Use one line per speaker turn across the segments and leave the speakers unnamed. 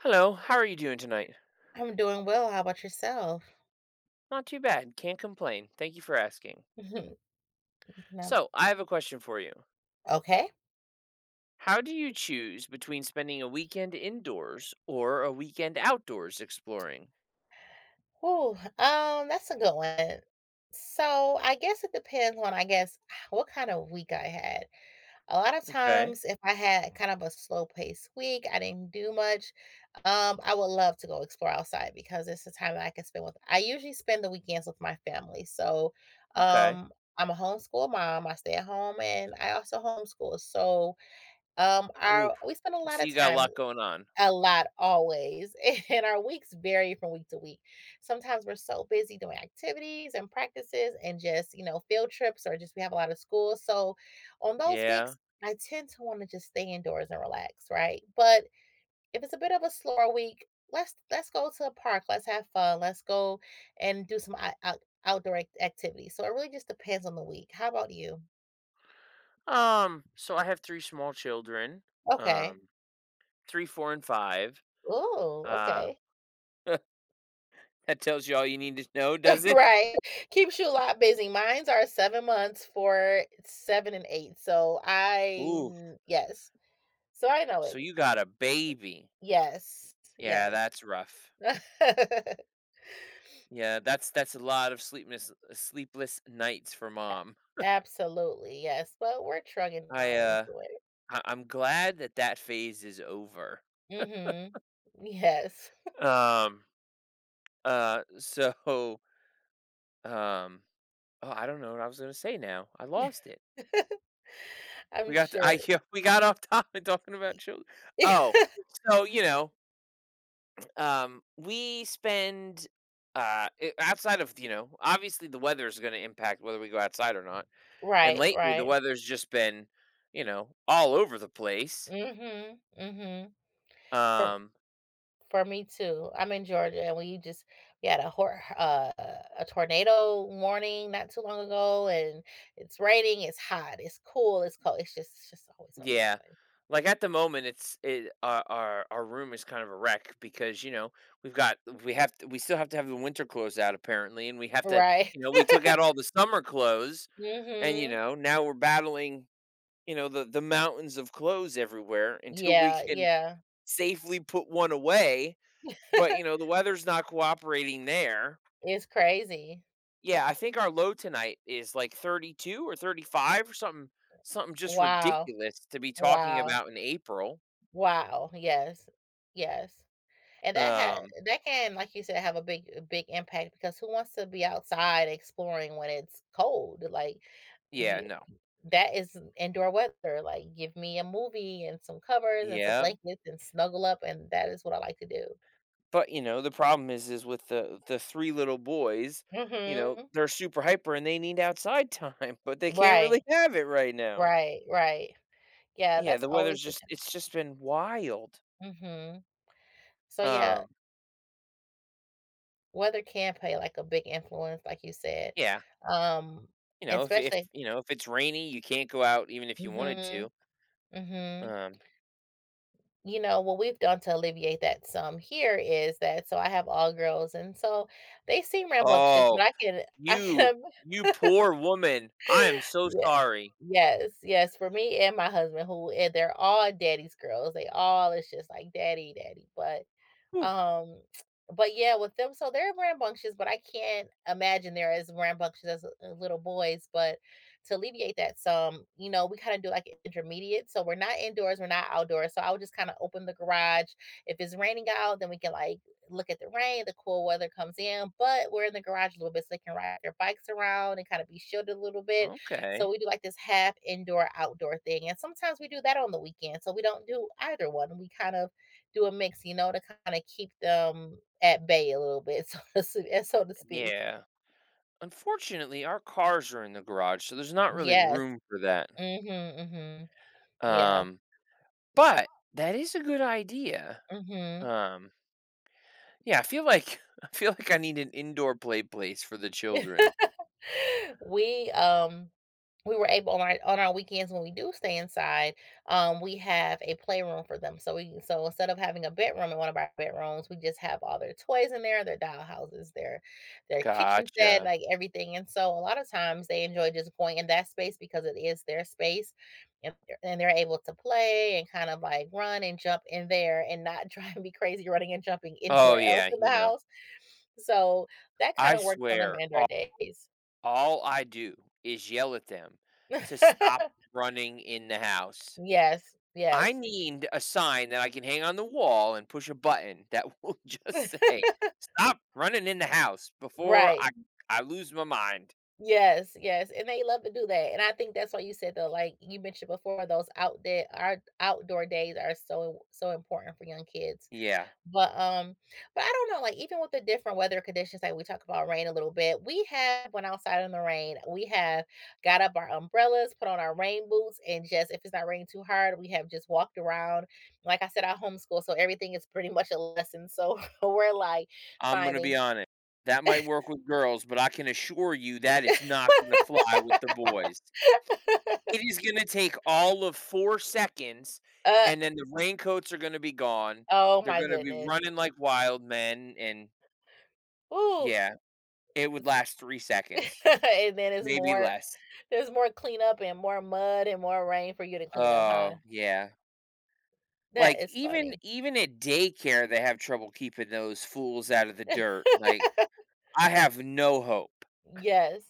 Hello, how are you doing tonight?
I'm doing well. How about yourself?
Not too bad, can't complain. Thank you for asking.
Not-
So, I have a question for you.
okay.
How do you choose between spending a weekend indoors or a weekend outdoors exploring?
Whew. That's a good one. So I guess it depends on what kind of week I had. A lot of
Okay,
times if I had kind of a slow paced week, I didn't do much. I would love to go explore outside because it's the time that I can spend with I. Usually spend the weekends with my family. So
okay.
um I'm a homeschool mom. I stay at home and I also homeschool. So
Ooh,
our we spend a lot
so
of
you got a
time.
lot going on.
A lot, always, and our weeks vary from week to week. Sometimes we're so busy doing activities and practices and just, you know, field trips or just we have a lot of school. So on those
Yeah.
weeks, I tend to want to just stay indoors and relax, right? But if it's a bit of a slower week, let's go to a park, let's have fun, let's go and do some activities. So it really just depends on the week. How about you?
So I have three small children,
Okay.
um, three, four, and five.
Oh,
Uh,
okay.
that tells you all you need to know, does it?
Right. Keeps you a lot busy. Mines are 7 months for 7 and 8, so I
Ooh,
kn yes. So I know
so
it.
you got a baby.
Yes,
Yeah,
yes.
that's rough. Yeah, that's a lot of sleepless nights for mom.
absolutely, yes, but we're trugging
I
on
uh
through it.
I'm glad that that phase is over.
Mhm. Yes.
Um uh so um oh I don't know what I was going to say now. I lost it.
I'm
We got to,
sure
I
it.
yeah, we got off topic talking about children.
e.
Oh, so you know, we spend outside of, you know, obviously the weather is going to impact whether we go outside or not. And
Right,
lately the
right.
weather's just been, you know, all over the place.
Mhm, mhm. For
Um,
For me too. I'm in Georgia, and we just we had a a tornado warning not too long ago, and it's raining, it's hot, it's cool, it's cold. It's just always over the
yeah.
place,
Like at the moment, it's it our room is kind of a wreck because you know we've got we have to, we still have to have the winter clothes out apparently, and we have to,
right?
you know, we took out all the summer clothes, and you
hmm
know now we're battling, you know, the mountains of clothes everywhere until we
Yeah,
can
yeah.
safely put one away. But you know the weather's not cooperating there.
It's crazy.
Yeah, I think our low tonight is like 32 or 35 or something, something just
Wow,
ridiculous to be talking
wow,
about in April.
wow. Yes, yes. And that had
Um,
That can, like you said, have a big impact because who wants to be outside exploring when it's cold? Like
yeah,
you
no.
that is indoor weather. Like give me a movie and some covers and some
Yeah,
blankets and snuggle up and that is what I like to do.
but you know, the problem is with the 3 little boys, you know,
Mm-hmm.
they're super hyper and they need outside time, but they can't
Right,
really have it right now.
right, right. Yeah,
Yeah,
that's
the
always
weather's
the
just
challenge.
it's just been wild.
hmm So yeah,
Um,
weather can play like a big influence, like you said.
yeah,
Um,
you know, if
especially.
you know, if it's rainy, you can't go out even if you wanted
Mm-hmm.
to.
Mm-hmm.
Um,
You know, what we've done to alleviate that some here is that so I have all girls, and so they seem rambunctious, but
oh,
I
You
can.
you poor woman. I am so
Yeah,
sorry.
yes, yes, for me and my husband who and they're all daddy's girls. They all it's just like daddy, daddy,
Whew,
um, but yeah, with them, so they're rambunctious, but I can't imagine they're as rambunctious as little boys. But to alleviate that some, you know, we kind of do like intermediate. So we're not indoors, we're not outdoors. So I would just kind of open the garage. If it's raining out, then we can like look at the rain, the cool weather comes in, but we're in the garage a little bit so they can ride their bikes around and kind of be shielded a little bit. So
okay.
we do like this half indoor outdoor thing. And sometimes we do that on the weekend. So we don't do either one. We kind of do a mix, you know, to kinda keep them at bay a little bit, so so to speak.
Yeah. Unfortunately, our cars are in the garage, so there's not really
Yes.
room for that.
Mhm, mhm. Yeah.
Um, but that is a good idea.
Mhm.
Um, yeah, I feel like I feel like I need an indoor play place for the children.
We we were able on our weekends when we do stay inside, we have a playroom for them. So instead of having a bedroom in one of our bedrooms, we just have all their toys in there, their doll houses, their kitchen set,
Gotcha.
like everything. And so a lot of times they enjoy just going in that space because it is their space. And they're able to play and kind of like run and jump in there and not drive me crazy running and jumping
Oh
anywhere else
yeah,
in the
you know,
house. So that kind
I
of works on them
swear,
and their days.
all I do is yell at them to stop running in the house.
Yes,
I
yes.
need a sign that I can hang on the wall and push a button that will just say, "Stop running in the house before
Right.
I lose my mind."
Yes, yes, and they love to do that, and I think that's why you said though, like, you mentioned before, those out day our outdoor days are so important for young kids,
Yeah,
but, um but I don't know, like, even with the different weather conditions, like, we talk about rain a little bit, we have went outside in the rain, we have got up our umbrellas, put on our rain boots, and just if it's not raining too hard, we have just walked around. Like I said, I homeschool, so everything is pretty much a lesson, so we're, like,
I'm gonna
finding
be honest. That might work with girls, but I can assure you that is not gonna fly with the boys. It is gonna take all of 4 seconds,
uh
and then the raincoats are gonna be gone.
Oh
They're
my
gonna be
goodness.
running like wild men, and
Ooh.
yeah, it would
It's
last 3 seconds,
and then it's
maybe
more
less.
there's more cleanup and more mud and more rain for you to clean up, huh?
Oh, yeah.
That
Like,
is
even
funny.
even at daycare, they have trouble keeping those fools out of the dirt, like, I have no hope.
Yes.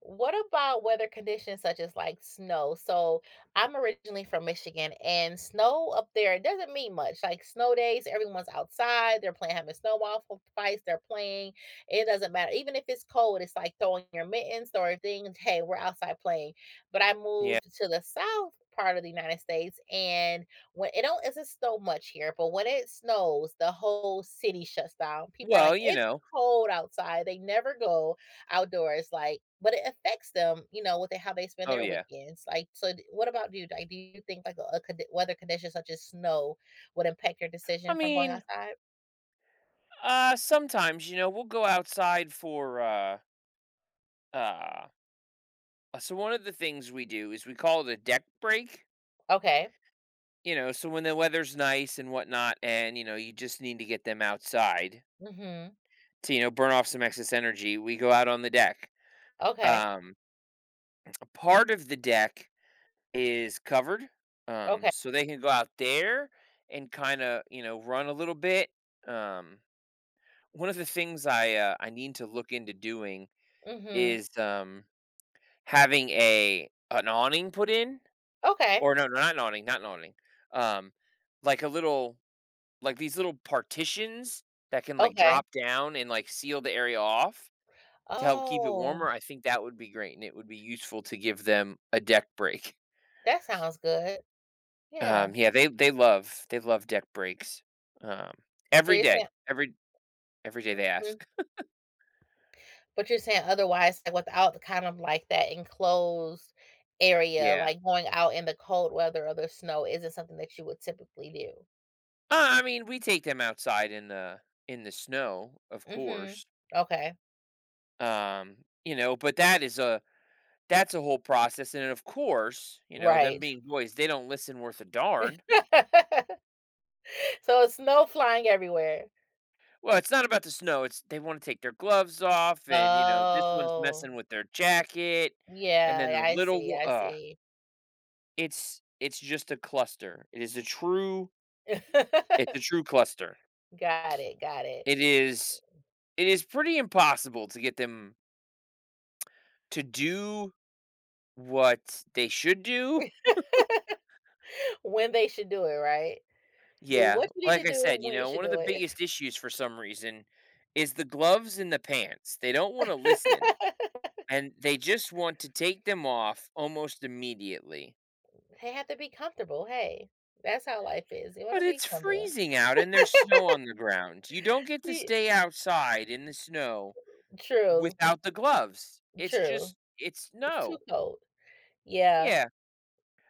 What about weather conditions such as like snow? So I'm originally from Michigan and snow up there it doesn't mean much. Like snow days, everyone's outside, they're playing having fights, they're playing. It doesn't matter. Even if it's cold, it's like throwing your mittens, throwing things. Hey, we're outside playing. But I
Yeah.
moved to the south part of the United States and when it don't isn't snow much here, but when it snows, the whole city shuts down. People are
Well,
like,
you
it's
know.
cold outside. They never go outdoors, like but it affects them, you know, with how they spend
Oh,
their
yeah.
weekends. Like, so what about you? Like, do you think like weather condition such as snow would impact your
I
decision from going
mean,
outside?
sometimes, you know, we'll go outside for, uh so one of the things we do is we call it a deck break,
Okay.
you know, so when the weather's nice and whatnot and, you know, you just need to get them outside
Mm-hmm.
to, you know, burn off some excess energy, we go out on the deck.
Okay.
Um, part of the deck is covered,
Okay.
so they can go out there and kinda, you know, run a little bit. Um, one of the things I need to look into doing
Mm-hmm.
is, having a an awning put in,
Okay.
or no, no, not an awning, not an awning. Um, like a little, like these little partitions that can, like,
Okay.
drop down and, like, seal the area off to help keep it
Oh,
warmer. I think that would be great, and it would be useful to give them a deck break.
that sounds good. Yeah.
Yeah, they love deck breaks. Um,
So
every
you're saying,
day, every day they
mhm,
ask.
but you're saying otherwise, like without kind of like that enclosed area,
Yeah.
like going out in the cold weather or the snow isn't something that you would typically do.
I mean, we take them outside in the snow, of
Mhm.
course.
Okay.
Um, you know, but that's a whole process, and then, of course, you know, them
Right.
being boys, they don't listen worth a darn.
So it's snow flying everywhere.
Well, it's not about the snow. It's they want to take their gloves off, and you know, this one's messing
Oh,
with their jacket, and then
yeah,
the
I
little
see,
one.
I see.
It's just a cluster. It's a true cluster.
Got it, got it.
It is it is pretty impossible to get them to do what they should do.
When they should do it, right? Do
Yeah,
what you need to
like I
do
said, you
when you
know,
should
one of
do
the
it.
biggest issues for some reason is the gloves and the pants. They don't wanna listen, and they just want to take them off almost immediately.
They have to be comfortable, hey. That's how life is. They wanna
But
be
it's
comfortable.
freezing out and there's snow on the ground. You don't get to
Yeah.
stay outside in the snow
True,
without the gloves. It's
true.
just it's
It's too
no.
cold. Yeah,
Yeah.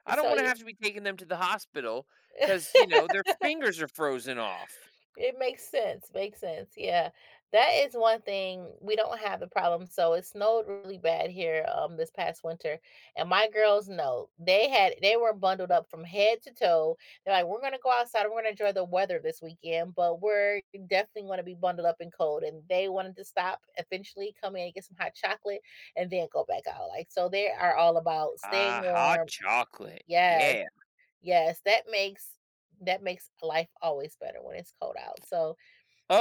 I don't
so,
wanna
yeah.
have to be taking them to the hospital, cause you know, their fingers are frozen off.
It makes sense, yeah. That is one thing, we don't have the problem, so it snowed really bad here, this past winter, and my girls know. They were bundled up from head to toe. They're like, "We're gonna go outside, we're gonna enjoy the weather this weekend, but we're definitely gonna be bundled up and cold," and they wanted to stop, eventually come in and get some hot chocolate, and then go back out, like, so they are all about staying
Ah, hot
warm.
chocolate,
Yes,
yeah.
yes, that makes life always better when it's cold out, so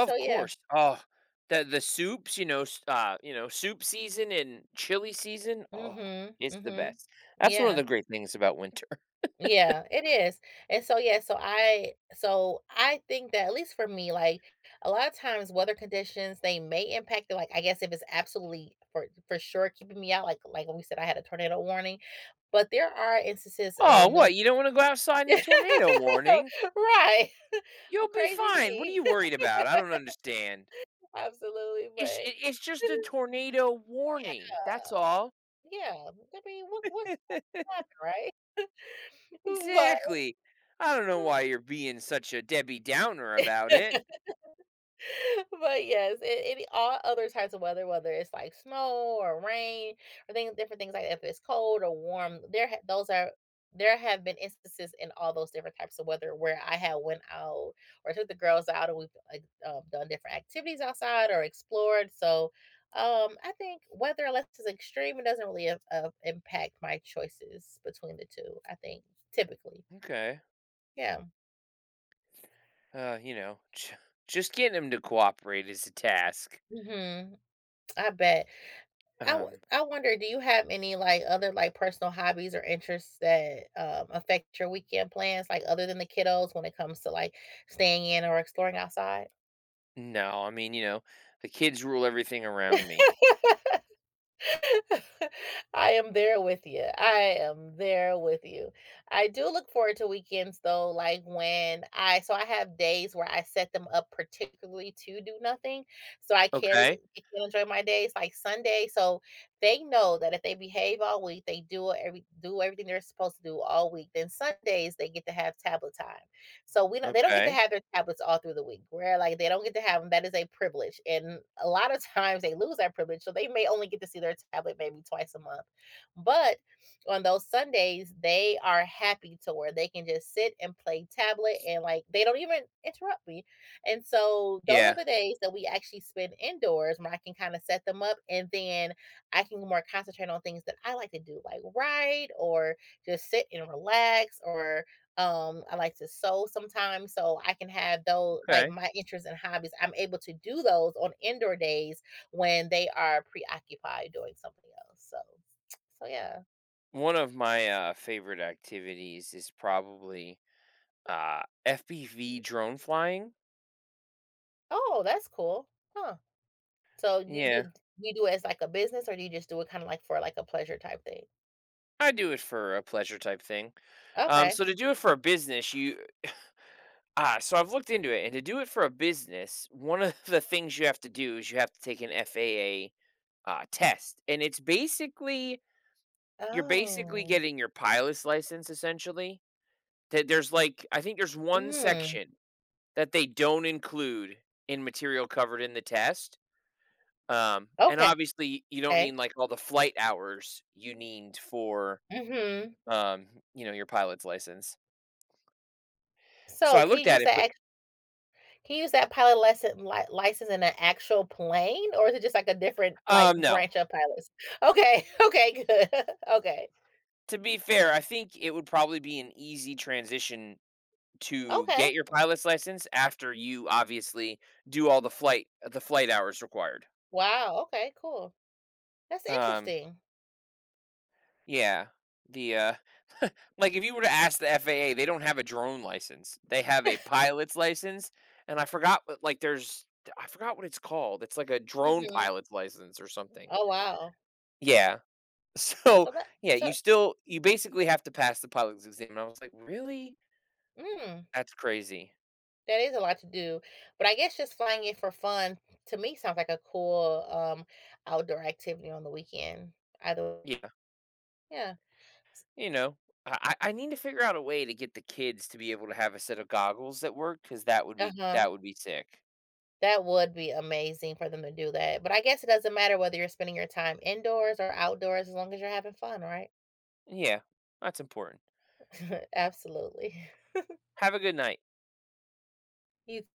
so yeah.
course. Oh, the soups, you know, s you know, soup season and chili season, oh,
Mhm.
it's the
Mhm.
best. That's one of
Yeah.
the great things about winter.
Yeah, it is. And so yeah, so I think that at least for me, like a lot of times weather conditions they may impact it. Like I guess if it's absolutely for sure keeping me out, like when we said I had a tornado warning. But there are instances
Oh,
and no.
what, you don't wanna go outside in a tornado warning?
Right.
You'll be
Crazy
fine. What are
me.
you worried about? I don't understand.
Absolutely. But
It's just a tornado warning,
uh,
that's all.
yeah, I mean what's happening, right?
Exactly. I don't know
but
why you're being such a Debbie Downer about it.
But yes, it, any all other types of weather, whether it's like snow or rain or things, different things like that, if it's cold or warm, those are there have been instances in all those different types of weather where I have went out or took the girls out and we've like done different activities outside or explored. So I think weather, unless it's extreme, it doesn't really impact my choices between the two. I think typically,
Okay.
yeah.
You know, just getting him to cooperate is a task.
hmm I bet.
Um,
I wonder, do you have any, like, other, like, personal hobbies or interests that, affect your weekend plans, like, other than the kiddos when it comes to, like, staying in or exploring outside?
no, I mean, you know, the kids rule everything around me.
I am there with you. I am there with you. I do look forward to weekends though, like when I so I have days where I set them up particularly to do nothing, so I can,
Okay.
I can enjoy my days like Sunday. So they know that if they behave all week, they do everything they're supposed to do all week. Then Sundays they get to have tablet time. So we don't they don't get to
Okay.
have their tablets all through the week. Where like they don't get to have them. That is a privilege. And a lot of times they lose that privilege. So they may only get to see their tablet maybe twice a month. But on those Sundays, they are happy to where they can just sit and play tablet and like they don't even interrupt me. And so those are
Yeah.
the days that we actually spend indoors where I can kind of set them up and then I can more concentrate on things that I like to do, like write or just sit and relax or I like to sew sometimes, so I can have those like
Okay.
my interests and hobbies. I'm able to do those on indoor days when they are preoccupied doing something else. So, so yeah.
One of my favorite activities is probably FPV drone flying.
Oh, that's cool, huh? So do you do
Yeah.
do you do it as like a business, or do you just do it kind of like for like a pleasure type thing?
I do it for a pleasure type thing.
Okay.
So to do it for a business, you— Ah, so I've looked into it, and to do it for a business, one of the things you have to do is you have to take an FAA test, and it's basically you're basically
Oh.
getting your pilot's license essentially. There's like I think there's one
Mm.
section that they don't include in material covered in the test, and
Okay.
obviously you don't need like all the flight hours you need for
Mhm.
um, you know, your pilot's license. So
So
I
can
looked
you use
at it, but
that Can you use that pilot lesson li license in an actual plane, or is it just like a different, like,
no.
branch of pilots? Okay, okay, good. Okay,
To be fair, I think it would probably be an easy transition to
okay.
get your pilot's license after you obviously do all the flight hours required.
Wow, okay, cool. That's
Um,
interesting.
yeah, the, uh, like, if you were to ask the FAA, they don't have a drone license. They have a pilot's license, and I forgot what, like, there's I forgot what it's called. It's like a drone
Mhm.
pilot's license or something.
Oh, wow.
Yeah. So,
So that
yeah,
so
you basically have to pass the pilot's exam, and I was like, "Really?
mm,
That's crazy."
that is a lot to do, but I guess just flying it for fun, to me, sounds like a cool, outdoor activity on the weekend. Either
Yeah.
yeah.
You know, I need to figure out a way to get the kids to be able to have a set of goggles that work, because
Uh-huh.
that would be sick.
That would be amazing for them to do that, but I guess it doesn't matter whether you're spending your time indoors or outdoors as long as you're having fun, right?
Yeah, that's important.
Absolutely.
Have a good night.
You